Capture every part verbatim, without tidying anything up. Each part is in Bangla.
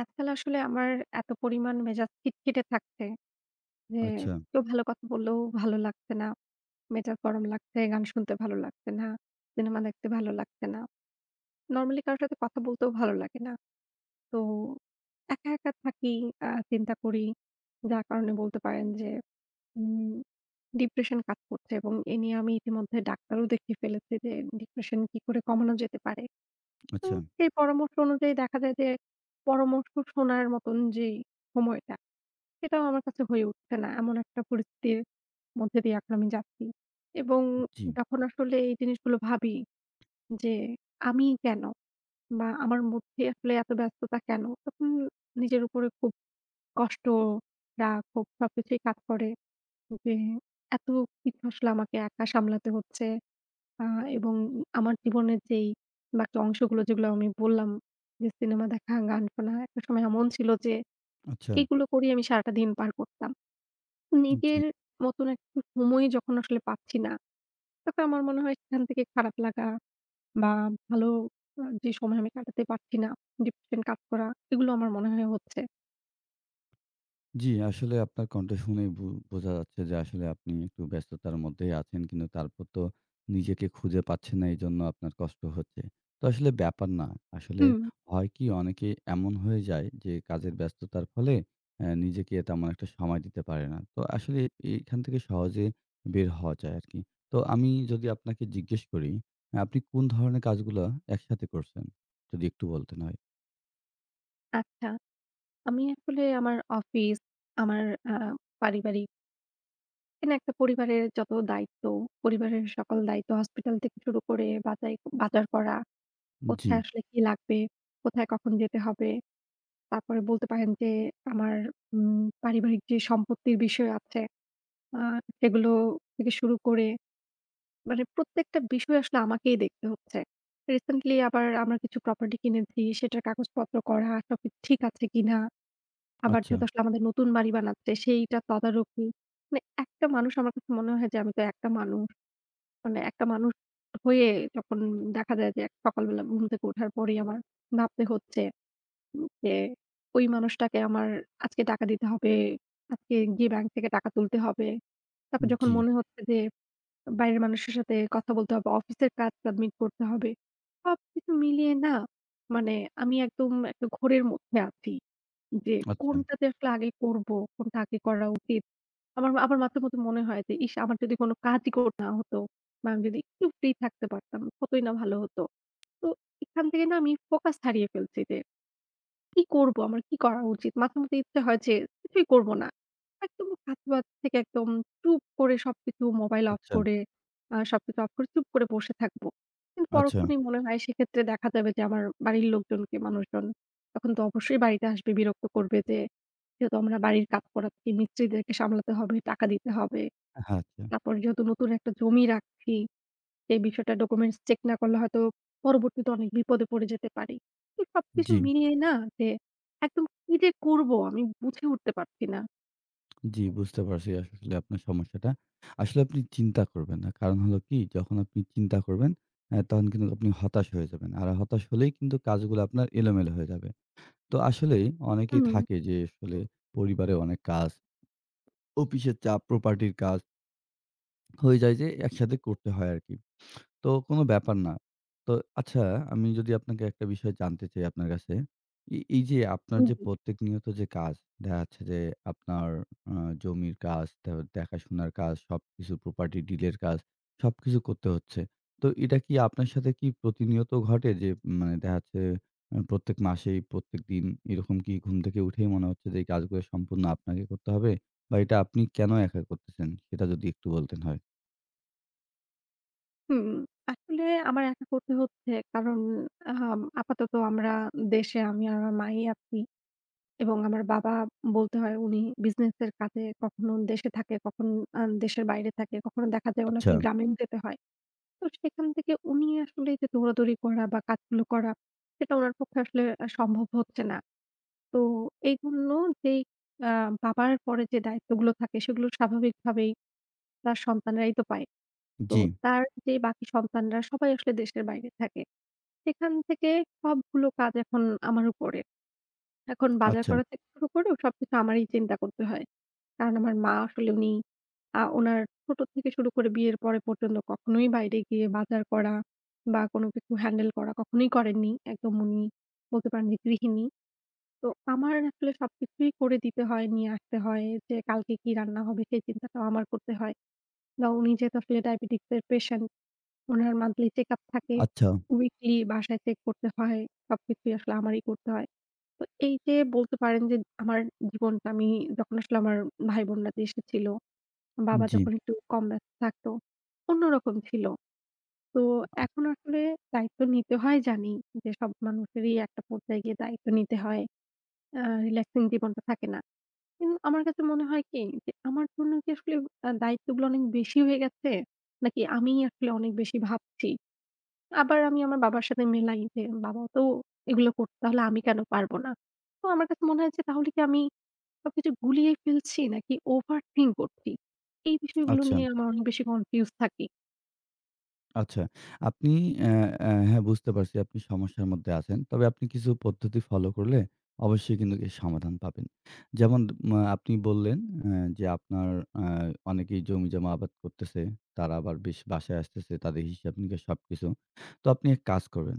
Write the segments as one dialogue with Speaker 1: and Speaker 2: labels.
Speaker 1: আজকাল আসলে আমার এত পরিমাণ মেজাজ খিটখিটে থাকছে যে
Speaker 2: আচ্ছা,
Speaker 1: কেউ ভালো কথা বললেও ভালো লাগছে না। মেজাজ গরম লাগছে, গান শুনতে ভালো লাগছে না, সিনেমা দেখতে ভালো লাগছে না। নরমালি কারো সাথে কথা বলতেও ভালো লাগে না। তো একা, একা থাকি, আ চিন্তা করি। যার কারণে বলতে পারেন যে উম ডিপ্রেশন কাজ করছে এবং এ নিয়ে আমি ইতিমধ্যে ডাক্তারও দেখিয়ে ফেলেছি যে ডিপ্রেশন কি করে কমানো যেতে পারে। তো
Speaker 2: আচ্ছা।
Speaker 1: সেই পরামর্শ অনুযায়ী দেখা যায় যে পরামর্শ শোনার মতন যেই সময়টা সেটাও আমার কাছে হয়ে উঠছে না। এমন একটা পরিস্থিতির মধ্যে দিয়ে এখন আমি যাচ্ছি। এবং
Speaker 2: জি,
Speaker 1: যখন আসলে এই জিনিসগুলো ভাবি যে, "আমি কেন?" বা "আমার মধ্যে আসলে এত ব্যস্ততা কেন?" তখন নিজের উপরে খুব কষ্ট, রাগ, ক্ষোভ সবকিছুই কাজ করে যে, এত কিছু আসলে আমাকে একা সামলাতে হচ্ছে। আ এবং আমার জীবনের যেই বাকি অংশগুলো যেগুলো আমি বললাম যে, সিনেমা দেখা, গান শোনা, একটা সময় এমন ছিল যে,
Speaker 2: আচ্ছা।
Speaker 1: এগুলো করেই আমি সারাটা দিন পার করতাম।
Speaker 2: জি,
Speaker 1: নিজের মতন একটু সময় যখন আসলে পাচ্ছি না, তখন আমার মনে হয় সেখান থেকে খারাপ লাগা বা ভালো আ যে সময় আমি কাটাতে পারছি না, ডিপ্রেশন কাজ করা এগুলো আমার মনে হয় হচ্ছে।
Speaker 2: জি। আসলে আপনার কণ্ঠ শুনেই বু বোঝা যাচ্ছে যে আসলে আপনি একটু ব্যস্ততার মধ্যেই আছেন। কিন্তু তারপর তো নিজেকে খুঁজে পাচ্ছেন না। এজন্য আপনার কষ্ট হচ্ছে। তো আসলে ব্যাপার না। আসলে
Speaker 1: হুম।
Speaker 2: হয় কি অনেকে এমন হয়ে যায় যে কাজের ব্যস্ততার ফলে অ্যা নিজেকে তেমন একটা সময় দিতে পারে না। তো আসলে এখান থেকে সহজে বের হওয়া যায় আরকি। তো আমি যদি আপনাকে জিজ্ঞেস করি, আপনি কোন ধরনের কাজগুলা একসাথে করছেন? যদি একটু বলতেন হয়।
Speaker 1: আচ্ছা, আমি আসলে আমার অফিস, আমার আ পারিবারিক মানে একটা পরিবারের যত দায়িত্ব, পরিবারের সকল দায়িত্ব হসপিটাল থেকে শুরু করে বাজাই বাজার করা,
Speaker 2: জি।
Speaker 1: কোথায় আসলে কি লাগবে, কোথায় কখন যেতে হবে। তারপরে বলতে পারেন যে আমার উম পারিবারিক যে সম্পত্তির বিষয় আছে আ সেগুলো থেকে শুরু করে মানে প্রত্যেকটা বিষয় আসলে আমাকেই দেখতে হচ্ছে। রিসেন্টলি আবার আমরা কিছু প্রপার্টি কিনেছি, সেটার কাগজপত্র করা, সবকিছু ঠিক আছে কিনা? আবার
Speaker 2: আচ্ছা,
Speaker 1: যেহেতু আসলে আমাদের নতুন বাড়ি বানাচ্ছে, সেইটা তদারকি। মানে একটা মানুষ আমার কাছে মনে হয় যে আমি তো একটা মানুষ। মানে একটা মানুষ হয়ে যখন দেখা যায় যে সকালবেলা ঘুম থেকে ওঠার পরেই আমার ভাবতে হচ্ছে উম যে ওই মানুষটাকে আমার আজকে টাকা দিতে হবে, আজকে গিয়ে ব্যাংক থেকে টাকা তুলতে হবে। তারপর যখন
Speaker 2: জি।
Speaker 1: মনে হচ্ছে যে বাইরের মানুষের সাথে কথা বলতে হবে, অফিসের কাজ সাবমিট করতে হবে। সবকিছু মিলিয়ে না মানে আমি একদম একটা ঘোরের মধ্যে আছি যে
Speaker 2: আচ্ছা,
Speaker 1: কোনটাতে আসলে আগে করবো, কোনটা আগে করা উচিত। আমার আবার মাঝে মধ্যে মনে হয় যে ইস! আমার যদি কোনো কাজই কর না হতো বা আমি যদি একটু ফ্রি থাকতে পারতাম কতই না ভালো হতো। তো এখান থেকে না আমি ফোকাস হারিয়ে ফেলছি যে কি করব? আমার কি করা উচিত? মাঝে মধ্যে ইচ্ছে হয় যে কিছুই করব না। একদম কাজ-বাজ থেকে একদম চুপ করে সবকিছু মোবাইল অফ
Speaker 2: আচ্ছা,
Speaker 1: করে আ সবকিছু অফ করে চুপ করে বসে থাকব। কিন্তু
Speaker 2: আচ্ছা,
Speaker 1: পরক্ষণেই মনে হয় সেক্ষেত্রে দেখা যাবে যে আমার বাড়ির লোকজনকে মানুষজন তখন তো অবশ্যই বাড়িতে আসবে বিরক্ত করবে যে, যেহেতু আমরা বাড়ির কাজ করাচ্ছি, মিস্ত্রিদেরকে সামলাতে হবে, টাকা দিতে হবে।
Speaker 2: হ্যাঁ, আচ্ছা।
Speaker 1: তারপর যেহেতু নতুন একটা জমি রাখছি। সেই বিষয়টা ডকুমেন্টস চেক না করলে হয়তো পরবর্তীতে অনেক বিপদে পড়ে যেতে পারি। তো সবকিছু
Speaker 2: জি,
Speaker 1: মিলিয়ে না যে একদম কি যে করব আমি বুঝে উঠতে পারছি না।
Speaker 2: জি বুঝতে পারছি আসলে আপনার সমস্যাটা। আসলে আপনি চিন্তা করবেন না। কারণ হলো কি যখন আপনি চিন্তা করবেন অ্যা তখন কিন্তু আপনি হতাশ হয়ে যাবেন। আর হতাশ হলেই কিন্তু কাজগুলো আপনার এলোমেলো হয়ে যাবে। তো আসলেই অনেকেই
Speaker 1: হুম,
Speaker 2: থাকে যে আসলে পরিবারে অনেক কাজ, অফিসের চাপ, প্রপার্টির কাজ হয়ে যায় যে একসাথে করতে হয় আরকি। তো কোনো ব্যাপার না। তো আচ্ছা, আমি যদি আপনাকে একটা বিষয় জানতে চাই আপনার কাছে। এ এই যে আপনার
Speaker 1: উম
Speaker 2: যে
Speaker 1: জি।
Speaker 2: প্রত্যেক নিয়ত যে কাজ, দেখা যাচ্ছে যে আপনার আ জমির কাজ, দে দেখাশোনার কাজ, সবকিছু প্রপার্টি ডিলের কাজ সবকিছু করতে হচ্ছে। তো এটা কি আপনার সাথে কি প্রতিনিয়ত ঘটে যে উম, মানে দেখা যাচ্ছে আ প্রত্যেক মাসেই প্রত্যেকদিন এরকম কি ঘুম থেকে উঠেই মনে হচ্ছে যে এই কাজগুলো সম্পূর্ণ আপনাকে করতে হবে? বা এটা আপনি কেন একা করতেছেন? সেটা যদি একটু বলতেন হয়।
Speaker 1: হুম, আসলে আমার একা করতে হচ্ছে কারণ আম আপাতত আমরা দেশে আমি আর আমার মাই আছি এবং আমার বাবা বলতে হয় উনি বিজনেসের কাজে কখনো দেশে থাকে, কখন আ দেশের বাইরে থাকে, কখনো দেখা যায়
Speaker 2: আচ্ছা।
Speaker 1: উনাকে গ্রামেও যেতে হয়। তো সেখান থেকে উনি আসলে এই যে দৌড়াদৌড়ি করা বা কাজগুলো করা সেটা উনার পক্ষে আসলে আ সম্ভব হচ্ছে না। তো এই জন্য যেই আ বাবার পরে যে দায়িত্বগুলো থাকে সেগুলো স্বাভাবিকভাবেই তার সন্তানরাই তো পায়। তো
Speaker 2: জি।
Speaker 1: তার যে বাকি সন্তানরা সবাই আসলে দেশের বাইরে থাকে। সেখান থেকে সবগুলো কাজ এখন আমার উপরে। এখন বাজার
Speaker 2: আচ্ছা,
Speaker 1: করা থেকে শুরু করেও সবকিছু আমারই চিন্তা করতে হয়। কারণ আমার মা আসলে উনি আ উনার ছোট থেকে শুরু করে বিয়ের পরে পর্যন্ত কখনোই বাইরে গিয়ে বাজার করা বা কোনো কিছু হ্যান্ডেল করা কখনোই করেননি। একদম উনি বলতে পারেন যে গৃহিণী। তো আমার আসলে সবকিছুই করে দিতে হয়, নিয়ে আসতে হয় যে কালকে কি রান্না হবে সেই চিন্তাটাও আমার করতে হয়। বা উনি যেহেতু আসলে ডায়াবেটিকস এর পেশেন্ট উনার মান্থলি চেকআপ থাকে।
Speaker 2: আচ্ছা।
Speaker 1: উইকলি বাসায় চেক করতে হয়। সবকিছুই আসলে আমারই করতে হয়। তো এই যে বলতে পারেন যে আমার জীবনটা আমি যখন আসলে আমার ভাই-বোনরা দেশে ছিল বাবা
Speaker 2: জি,
Speaker 1: যখন একটু কম ব্যস্ত থাকতো, অন্যরকম ছিল। তো এখন আসলে দায়িত্ব নিতে হয় জানি যে সব মানুষেরই একটা পর্যায়ে গিয়ে দায়িত্ব নিতে হয়। আ রিল্যাক্সিং জীবনটা থাকে না। কিন্তু আমার কাছে মনে হয় কি যে আমার জন্য কি আসলে আ দায়িত্বগুলো অনেক বেশি হয়ে গেছে? নাকি আমিই আসলে অনেক বেশি ভাবছি? আবার আমি আমার বাবার সাথে মেলাই যে বাবাও তো এগুলো করত তাহলে আমি কেন পারব না? তো আমার কাছে মনে হয় যে তাহলে কি আমি সবকিছু গুলিয়ে ফেলছি নাকি ওভারথিংক করছি? এই বিষয়গুলো
Speaker 2: আচ্ছা,
Speaker 1: নিয়ে আমরা অনেক বেশি কনফিউজ থাকি।
Speaker 2: আচ্ছা। আপনি অ্যা অ্যা হ্যাঁ, বুঝতে পারছি আপনি সমস্যার মধ্যে আছেন। তবে আপনি কিছু পদ্ধতি ফলো করলে অবশ্যই কিন্তু এর সমাধান পাবেন। যেমন মা আপনি বললেন অ্যা যে আপনার অ্যা অনেকেই জমিজমা আবাদ করতেছে। তারা আবার বেশ বাসায় আসতেছে। তাদের হিসাব-নিকাশ সবকিছু। তো আপনি এক কাজ করবেন।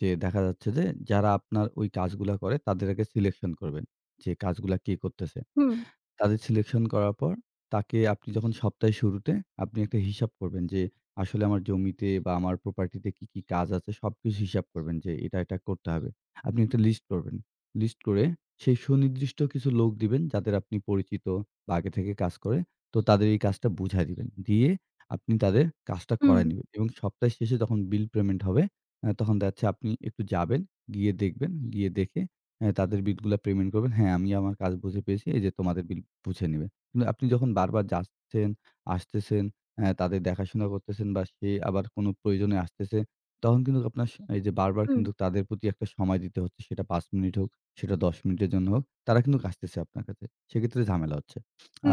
Speaker 2: যে দেখা যাচ্ছে যে যারা আপনার ওই কাজগুলা করে তাদের আগে সিলেকশন করবেন। যে কাজগুলা কে করতেছে।
Speaker 1: হুম,
Speaker 2: তাদের সিলেকশন করার পর তাকে আপনি যখন সপ্তাহের শুরুতে আপনি একটা হিসাব করবেন যে, আসলে আমার জমিতে বা আমার প্রপার্টিতে কি, কি কাজ আছে সবকিছু হিসাব করবেন যে এটা, এটা করতে হবে। আপনি একটা লিস্ট করবেন। লিস্ট করে সেই সুনির্দিষ্ট কিছু লোক দিবেন যাদের আপনি পরিচিত বা আগে থেকে কাজ করে। তো তাদের এই কাজটা বুঝায় দিবেন। দিয়ে আপনি তাদের কাজটা
Speaker 1: হুম,
Speaker 2: করায় নিবেন এবং সপ্তাহের শেষে যখন বিল পেমেন্ট হবে, আ তখন দেখা যাচ্ছে আপনি একটু যাবেন, গিয়ে দেখবেন, গিয়ে দেখে হ্যাঁ, তাদের বিলগুলা পেমেন্ট করবেন। হ্যাঁ, আমি আমার কাজ বুঝে পেয়েছি। এই যে তোমাদের বিল বুঝে নিবে। কিন্তু আপনি যখন বারবার যাচ্ছেন, আসতেছেন, অ্যা তাদের দেখাশোনা করতেছেন বা সে আবার কোনো প্রয়োজনে আসতেছে, তখন কিন্তু আপনার স হুম। এই যে বারবার
Speaker 1: হুম,
Speaker 2: কিন্তু তাদের প্রতি একটা সময় দিতে হচ্ছে। সেটা পাঁচ মিনিট হোক, সেটা দশ মিনিটের জন্য হোক। তারা কিন্তু আসতেছে আপনার কাছে। সেক্ষেত্রে ঝামেলা হচ্ছে।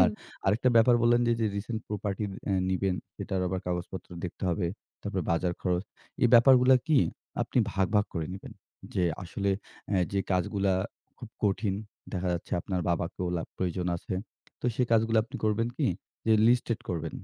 Speaker 2: আর আরেকটা ব্যাপার বললেন যে, যে রিসেন্ট প্রপার্টি অ্যা নিবেন, সেটার আবার কাগজপত্র দেখতে হবে। তারপরে বাজার খরচ। এই ব্যাপারগুলা কি আপনি ভাগ, ভাগ করে নিবেন। যে আসলে অ্যা যে কাজগুলা খুব কঠিন, দেখা যাচ্ছে আপনার বাবাকেও লা প্রয়োজন আছে। তো সেই কাজগুলা আপনি করবেন কি? যে লিস্টেড করবেন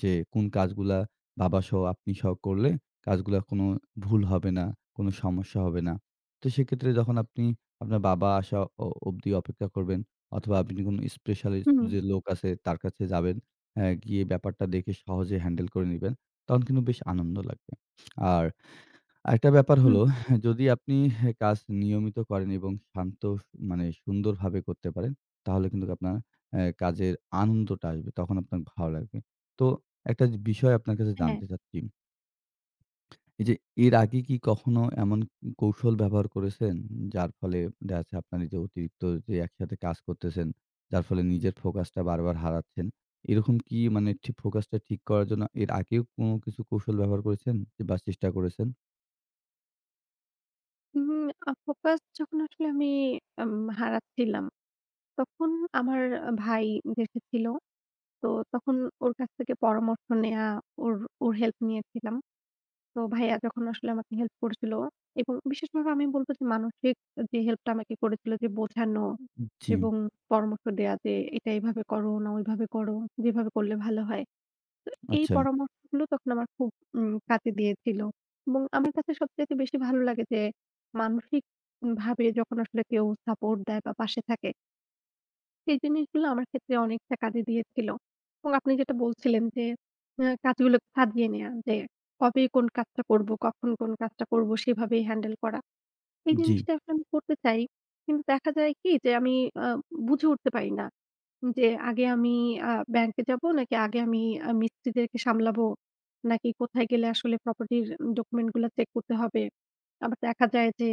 Speaker 2: যে কোন কাজগুলা বাবাসহ আপনিসহ করলে কাজগুলা কোনো ভুল হবে না, কোনো সমস্যা হবে না। তো সেক্ষেত্রে যখন আপনি আপনার বাবা আসা অ অবধি অপেক্ষা করবেন অথবা আপনি কোনো স্পেশালিস্ট
Speaker 1: হুম,
Speaker 2: যে লোক আছে তার কাছে যাবেন, অ্যা গিয়ে ব্যাপারটা দেখে সহজে হ্যান্ডেল করে নিবেন। তখন কিন্তু বেশ আনন্দ লাগবে। আর আরেকটা ব্যাপার
Speaker 1: হুম,
Speaker 2: হলো, যদি আপনি কাজ নিয়মিত করেন এবং শান্ত মানে সুন্দরভাবে করতে পারেন, তাহলে কিন্তু আপনার অ্যা কাজের আনন্দটা আসবে। তখন আপনার ভালো লাগবে। তো একটা যে বিষয় আপনার কাছে
Speaker 1: হ্যাঁ।
Speaker 2: জানতে চাচ্ছি। এই যে এর আগে কি কখনো এমন কৌশল ব্যবহার করেছেন, যার ফলে দেখা যাচ্ছে আপনার এই যে অতিরিক্ত যে একসাথে কাজ করতেছেন, যার ফলে নিজের ফোকাসটা বারবার হারাচ্ছেন। এরকম কি মানে ঠিক ফোকাসটা ঠিক করার জন্য এর আগেও কোনো কিছু কৌশল ব্যবহার করেছেন বা চেষ্টা করেছেন?
Speaker 1: উম আ ফোকাস যখন আসলে আমি আম হারাচ্ছিলাম, তখন আমার ভাই দেশে ছিল। তো তখন ওর কাছ থেকে পরামর্শ নেয়া, ওর ওর হেল্প নিয়েছিলাম। তো ভাইয়া যখন আসলে আমাকে হেল্প করেছিল এবং বিশেষভাবে আমি বলব যে মানসিক যে হেল্পটা আমাকে করেছিল যে বোঝানো
Speaker 2: জি,
Speaker 1: এবং পরামর্শ দেয়া যে, "এটা এভাবে করো না ওইভাবে করো, যেভাবে করলে ভালো হয়।" তো এই
Speaker 2: আচ্ছা।
Speaker 1: পরামর্শগুলো তখন আমার খুব উম কাজে দিয়েছিল এবং আমার কাছে সবচাইতে বেশি ভালো লাগে যে, মানসিক ভাবে যখন আসলে কেউ সাপোর্ট দেয় বা পাশে থাকে, সেই জিনিসগুলো আমার ক্ষেত্রে অনেকটা কাজে দিয়েছিল এবং আপনি যেটা বলছিলেন যে, আ কাজগুলো সাজিয়ে নেয়া যে, কবে কোন কাজটা করব, কখন কোন কাজটা করব সেভাবেই হ্যান্ডেল করা। এই
Speaker 2: জি,
Speaker 1: জিনিসটা আসলে আমি করতে চাই। কিন্তু দেখা যায় কি যে আমি আ বুঝে উঠতে পারি না। যে আগে আমি আ ব্যাংকে যাবো নাকি আগে আমি আ মিস্ত্রিদেরকে সামলাবো? নাকি কোথায় গেলে আসলে প্রপার্টির ডকুমেন্ট গুলা চেক করতে হবে? আবার দেখা যায় যে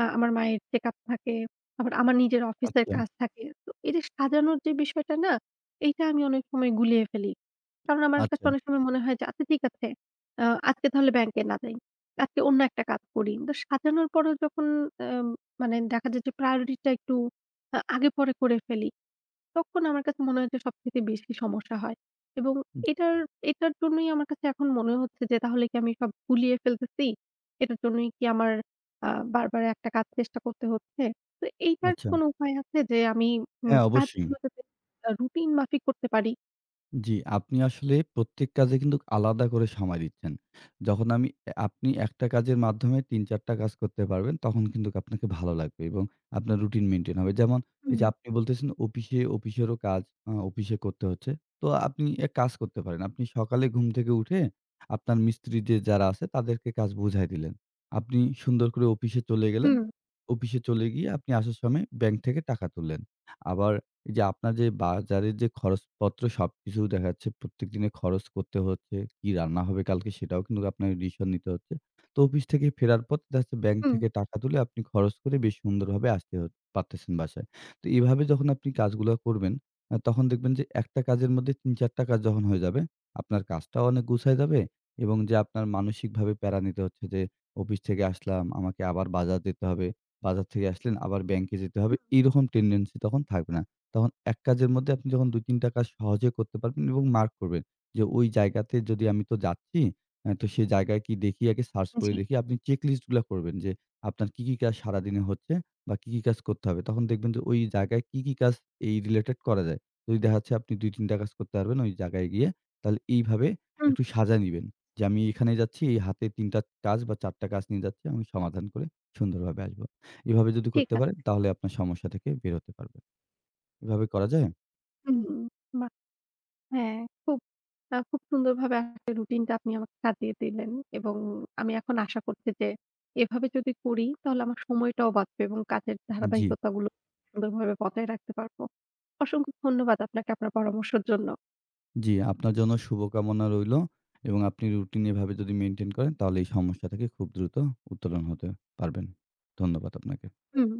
Speaker 1: আ আমার মায়ের চেকআপ থাকে। আবার আমার নিজের অফিসের
Speaker 2: আচ্ছা,
Speaker 1: কাজ থাকে। তো এই যে সাজানোর যে বিষয়টা না, এইটা আমি অনেক সময় গুলিয়ে ফেলি। কারণ আমার
Speaker 2: আচ্ছা,
Speaker 1: কাছে অনেক সময় মনে হয় যে আচ্ছা ঠিক আছে আ আজকে তাহলে ব্যাংকে না যাই। আজকে অন্য একটা কাজ করি। তো সাজানোর পরেও যখন আম মানে দেখা যায় যে priority টা একটু আ আগে পরে করে ফেলি, তখন আমার কাছে মনে হয় যে সবথেকে বেশি সমস্যা হয়। এবং এটার এটার জন্যই আমার কাছে এখন মনে হচ্ছে যে তাহলে কি আমি সব গুলিয়ে ফেলতেছি? এটার জন্যই কি আমার আ বারবার একটা কাজ চেষ্টা করতে হচ্ছে? তো এইটার কি
Speaker 2: আচ্ছা।
Speaker 1: কোনো উপায় আছে যে আমি উম
Speaker 2: হ্যাঁ, অবশ্যই।
Speaker 1: কাজগুলো যাতে আ রুটিন মাফিক করতে পারি?
Speaker 2: জি, আপনি আসলে প্রত্যেক কাজে কিন্তু আলাদা করে সময় দিচ্ছেন। যখন আমি এ আপনি একটা কাজের মাধ্যমে তিন চার টা কাজ করতে পারবেন, তখন কিন্তু আপনাকে ভালো লাগবে এবং আপনার রুটিন মেইনটেইন হবে। যেমন এই যে
Speaker 1: হুম।
Speaker 2: আপনি বলতেছেন অফিসে অফিসেরও কাজ আ অফিসে করতে হচ্ছে। তো আপনি এক কাজ করতে পারেন। আপনি সকালে ঘুম থেকে উঠে আপনার মিস্ত্রি যে যারা আছে তাদেরকে কাজ বুঝায় দিলেন। আপনি সুন্দর করে অফিসে চলে গেলেন।
Speaker 1: হুম,
Speaker 2: অফিসে চলে গিয়ে আপনি আসার সময় ব্যাংক থেকে টাকা তুললেন। আবার এই যে আপনার যে বাজারের যে খরচপত্র সবকিছু দেখা যাচ্ছে প্রত্যেকদিনে খরচ করতে হচ্ছে। কি রান্না হবে কালকে সেটাও কিন্তু আপনাকে ডিসিশন নিতে হচ্ছে। তো অফিস থেকে ফেরার পর দেখা যাচ্ছে ব্যাংক
Speaker 1: হুম।
Speaker 2: থেকে টাকা তুলে আপনি খরচ করে বেশ সুন্দরভাবে আসতে হ পারতেছেন বাসায়। তো এভাবে যখন আপনি কাজগুলা করবেন, আ তখন দেখবেন যে একটা কাজের মধ্যে তিন চার টা কাজ যখন হয়ে যাবে, আপনার কাজটাও অনেক গুছায় যাবে এবং যে আপনার মানসিকভাবে প্যারা নিতে হচ্ছে যে অফিস থেকে আসলাম, আমাকে আবার বাজার যেতে হবে। বাজার থেকে আসলেন, আবার ব্যাংকে যেতে হবে।
Speaker 1: হুম।
Speaker 2: এইরকম টেনডেন্সি তখন থাকবে না। তখন এক কাজের মধ্যে আপনি যখন দুই তিন টা কাজ সহজে করতে পারবেন এবং মার্ক করবেন যে ওই জায়গাতে যদি আমি তো যাচ্ছি, অ্যা তো সেই জায়গায় কি দেখি আগে সার্চ করে
Speaker 1: জি।
Speaker 2: দেখি। আপনি চেক লিস্ট গুলা করবেন যে আপনার কি, কি কাজ সারাদিনে হচ্ছে বা কি, কি কাজ করতে হবে। তখন দেখবেন যে ওই জায়গায় কি, কি কাজ এই রিলেটেড করা যায়। যদি দেখা যাচ্ছে আপনি দুই তিন টা কাজ করতে পারবেন ওই জায়গায় গিয়ে, তাহলে এইভাবে
Speaker 1: হুম,
Speaker 2: একটু সাজায় নিবেন যে আমি এখানে যাচ্ছি, এই হাতে তিন টা কাজ বা চার টা কাজ নিয়ে যাচ্ছি। আমি সমাধান করে সুন্দরভাবে আসবো। এভাবে যদি
Speaker 1: ঠিক
Speaker 2: করতে পারেন
Speaker 1: আছে।
Speaker 2: তাহলে আপনার সমস্যা থেকে বের হতে পারবেন। এভাবে করা যায়?
Speaker 1: হুম। হুম। হ্যাঁ, খুব আ খুব সুন্দরভাবে একটা রুটিনটা আপনি আমাকে সাজিয়ে দিলেন এবং আমি এখন আশা করছি যে এভাবে যদি করি তাহলে আমার সময়টাও বাঁচবে এবং কাজের
Speaker 2: জি,
Speaker 1: ধারাবাহিকতাগুলো সুন্দরভাবে বজায় রাখতে পারবো। অসংখ্য ধন্যবাদ আপনাকে আপনার পরামর্শের জন্য।
Speaker 2: জি। আপনার জন্য শুভকামনা রইলো এবং আপনি রুটিন এভাবে যদি মেইনটেইন করেন তাহলে এই সমস্যা থেকে খুব দ্রুত উত্তোলন হতে পারবেন। ধন্যবাদ আপনাকে।
Speaker 1: হুম।